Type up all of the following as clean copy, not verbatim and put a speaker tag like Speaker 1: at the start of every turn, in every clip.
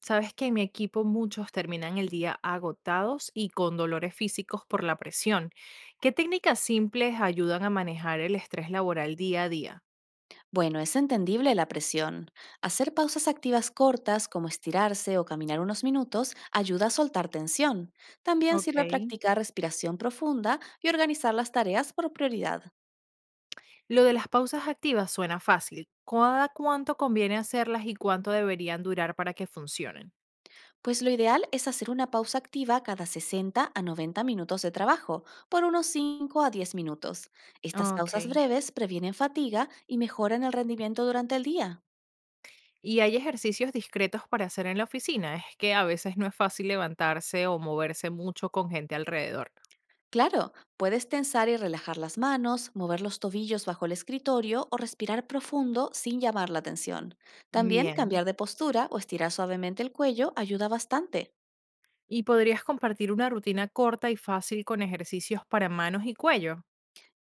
Speaker 1: Sabes que en mi equipo muchos terminan el día agotados y con dolores físicos por la presión. ¿Qué técnicas simples ayudan a manejar el estrés laboral día a día?
Speaker 2: Bueno, es entendible la presión. Hacer pausas activas cortas, como estirarse o caminar unos minutos, ayuda a soltar tensión. También
Speaker 1: Ok.
Speaker 2: sirve practicar respiración profunda y organizar las tareas por prioridad,
Speaker 1: Lo de las pausas activas suena fácil. ¿Cada cuánto conviene hacerlas y cuánto deberían durar para que funcionen?
Speaker 2: pues lo ideal es hacer una pausa activa cada 60 a 90 minutos de trabajo, por unos 5 a 10 minutos. Estas
Speaker 1: Ok.
Speaker 2: pausas breves previenen fatiga y mejoran el rendimiento durante el día.
Speaker 1: ¿Y hay ejercicios discretos para hacer en la oficina? Es que a veces no es fácil levantarse o moverse mucho con gente alrededor.
Speaker 2: Claro, puedes tensar y relajar las manos, mover los tobillos bajo el escritorio o respirar profundo sin llamar la atención. También
Speaker 1: Bien.
Speaker 2: cambiar de postura o estirar suavemente el cuello ayuda bastante.
Speaker 1: ¿Y podrías compartir una rutina corta y fácil con ejercicios para manos y cuello?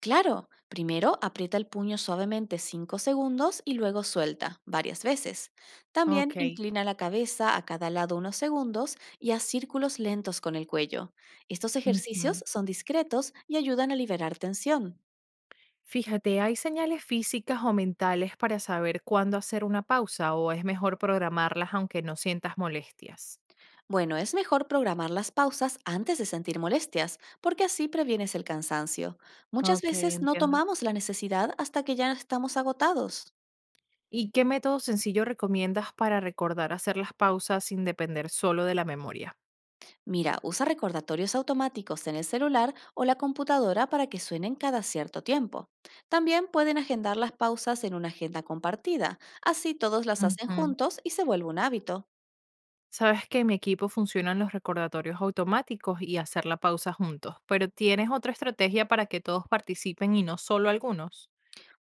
Speaker 2: Claro, primero aprieta el puño suavemente 5 segundos y luego suelta, varias veces. También
Speaker 1: Ok.
Speaker 2: inclina la cabeza a cada lado unos segundos y haz círculos lentos con el cuello. Estos
Speaker 1: Ujú.
Speaker 2: ejercicios son discretos y ayudan a liberar tensión.
Speaker 1: Fíjate, ¿hay señales físicas o mentales para saber cuándo hacer una pausa o es mejor programarlas aunque no sientas molestias?
Speaker 2: Bueno, es mejor programar las pausas antes de sentir molestias, porque así previenes el cansancio. Muchas
Speaker 1: Ok,
Speaker 2: veces no
Speaker 1: entiendo.
Speaker 2: tomamos la necesidad hasta que ya estamos agotados.
Speaker 1: ¿Y qué método sencillo recomiendas para recordar hacer las pausas sin depender solo de la memoria?
Speaker 2: Mira, usa recordatorios automáticos en el celular o la computadora para que suenen cada cierto tiempo. También pueden agendar las pausas en una agenda compartida, así todos las hacen
Speaker 1: Ujú.
Speaker 2: juntos y se vuelve un hábito.
Speaker 1: Sabes que en mi equipo funcionan los recordatorios automáticos y hacer la pausa juntos, pero ¿tienes otra estrategia para que todos participen y no solo algunos?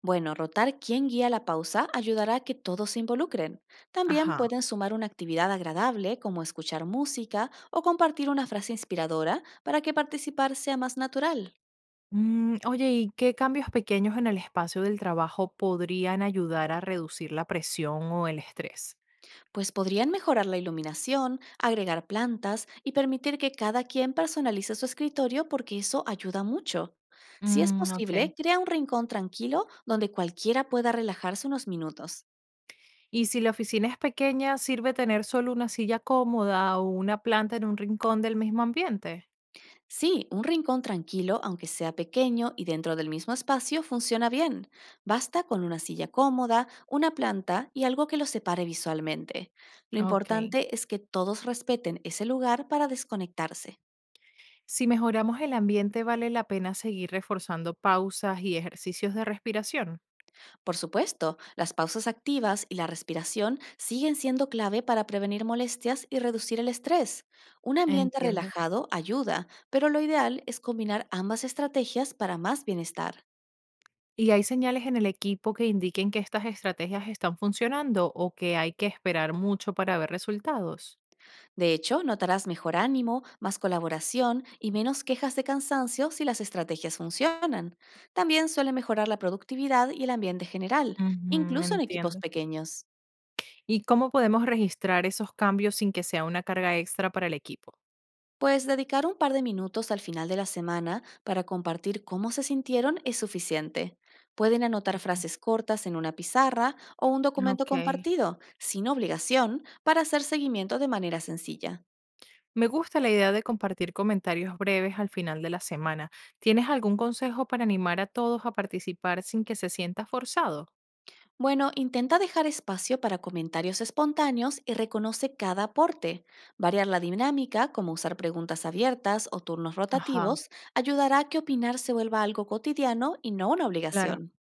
Speaker 2: Bueno, rotar quién guía la pausa ayudará a que todos se involucren. También
Speaker 1: Ajá.
Speaker 2: pueden sumar una actividad agradable como escuchar música o compartir una frase inspiradora para que participar sea más natural.
Speaker 1: Oye, ¿y qué cambios pequeños en el espacio del trabajo podrían ayudar a reducir la presión o el estrés?
Speaker 2: Pues podrían mejorar la iluminación, agregar plantas y permitir que cada quien personalice su escritorio porque eso ayuda mucho. Si es
Speaker 1: Mm, ok.
Speaker 2: posible, crea un rincón tranquilo donde cualquiera pueda relajarse unos minutos.
Speaker 1: Y si la oficina es pequeña, ¿sirve tener solo una silla cómoda o una planta en un rincón del mismo ambiente?
Speaker 2: Sí, un rincón tranquilo, aunque sea pequeño y dentro del mismo espacio, funciona bien. Basta con una silla cómoda, una planta y algo que los separe visualmente. Lo
Speaker 1: Ok.
Speaker 2: importante es que todos respeten ese lugar para desconectarse.
Speaker 1: Si mejoramos el ambiente, vale la pena seguir reforzando pausas y ejercicios de respiración.
Speaker 2: Por supuesto, las pausas activas y la respiración siguen siendo clave para prevenir molestias y reducir el estrés. Un ambiente
Speaker 1: Entiendo.
Speaker 2: relajado ayuda, pero lo ideal es combinar ambas estrategias para más bienestar.
Speaker 1: ¿Y hay señales en el equipo que indiquen que estas estrategias están funcionando o que hay que esperar mucho para ver resultados?
Speaker 2: De hecho, notarás mejor ánimo, más colaboración y menos quejas de cansancio si las estrategias funcionan. También suele mejorar la productividad y el ambiente general,
Speaker 1: Ujú,
Speaker 2: incluso en equipos
Speaker 1: entiendo.
Speaker 2: pequeños.
Speaker 1: ¿Y cómo podemos registrar esos cambios sin que sea una carga extra para el equipo?
Speaker 2: Pues dedicar un par de minutos al final de la semana para compartir cómo se sintieron es suficiente. Pueden anotar frases cortas en una pizarra o un documento
Speaker 1: Ok.
Speaker 2: compartido, sin obligación, para hacer seguimiento de manera sencilla.
Speaker 1: Me gusta la idea de compartir comentarios breves al final de la semana. ¿Tienes algún consejo para animar a todos a participar sin que se sienta forzado?
Speaker 2: Bueno, intenta dejar espacio para comentarios espontáneos y reconoce cada aporte. Variar la dinámica, como usar preguntas abiertas o turnos
Speaker 1: Ajá.
Speaker 2: rotativos, ayudará a que opinar se vuelva algo cotidiano y no una
Speaker 1: Claro.
Speaker 2: obligación.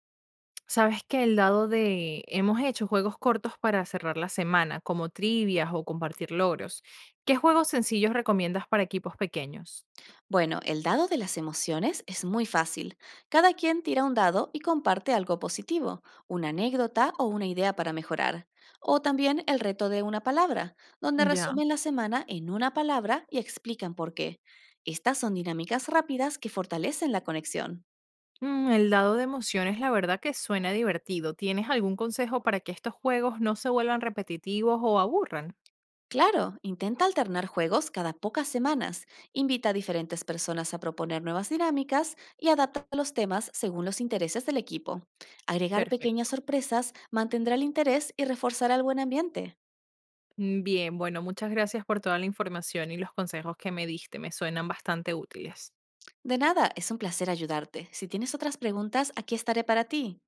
Speaker 1: Sabes que el dado de hemos hecho juegos cortos para cerrar la semana, como trivias o compartir logros. ¿Qué juegos sencillos recomiendas para equipos pequeños?
Speaker 2: Bueno, el dado de las emociones es muy fácil. Cada quien tira un dado y comparte algo positivo, una anécdota o una idea para mejorar. O también el reto de una palabra, donde
Speaker 1: Ya.
Speaker 2: resumen la semana en una palabra y explican por qué. Estas son dinámicas rápidas que fortalecen la conexión.
Speaker 1: Mm, el dado de emociones, la verdad que suena divertido. ¿Tienes algún consejo para que estos juegos no se vuelvan repetitivos o aburran?
Speaker 2: Claro, intenta alternar juegos cada pocas semanas, invita a diferentes personas a proponer nuevas dinámicas y adapta los temas según los intereses del equipo. Agregar
Speaker 1: Perfecto.
Speaker 2: pequeñas sorpresas mantendrá el interés y reforzará el buen ambiente.
Speaker 1: Bien, bueno, muchas gracias por toda la información y los consejos que me diste. Me suenan bastante útiles.
Speaker 2: De nada, es un placer ayudarte. Si tienes otras preguntas, aquí estaré para ti.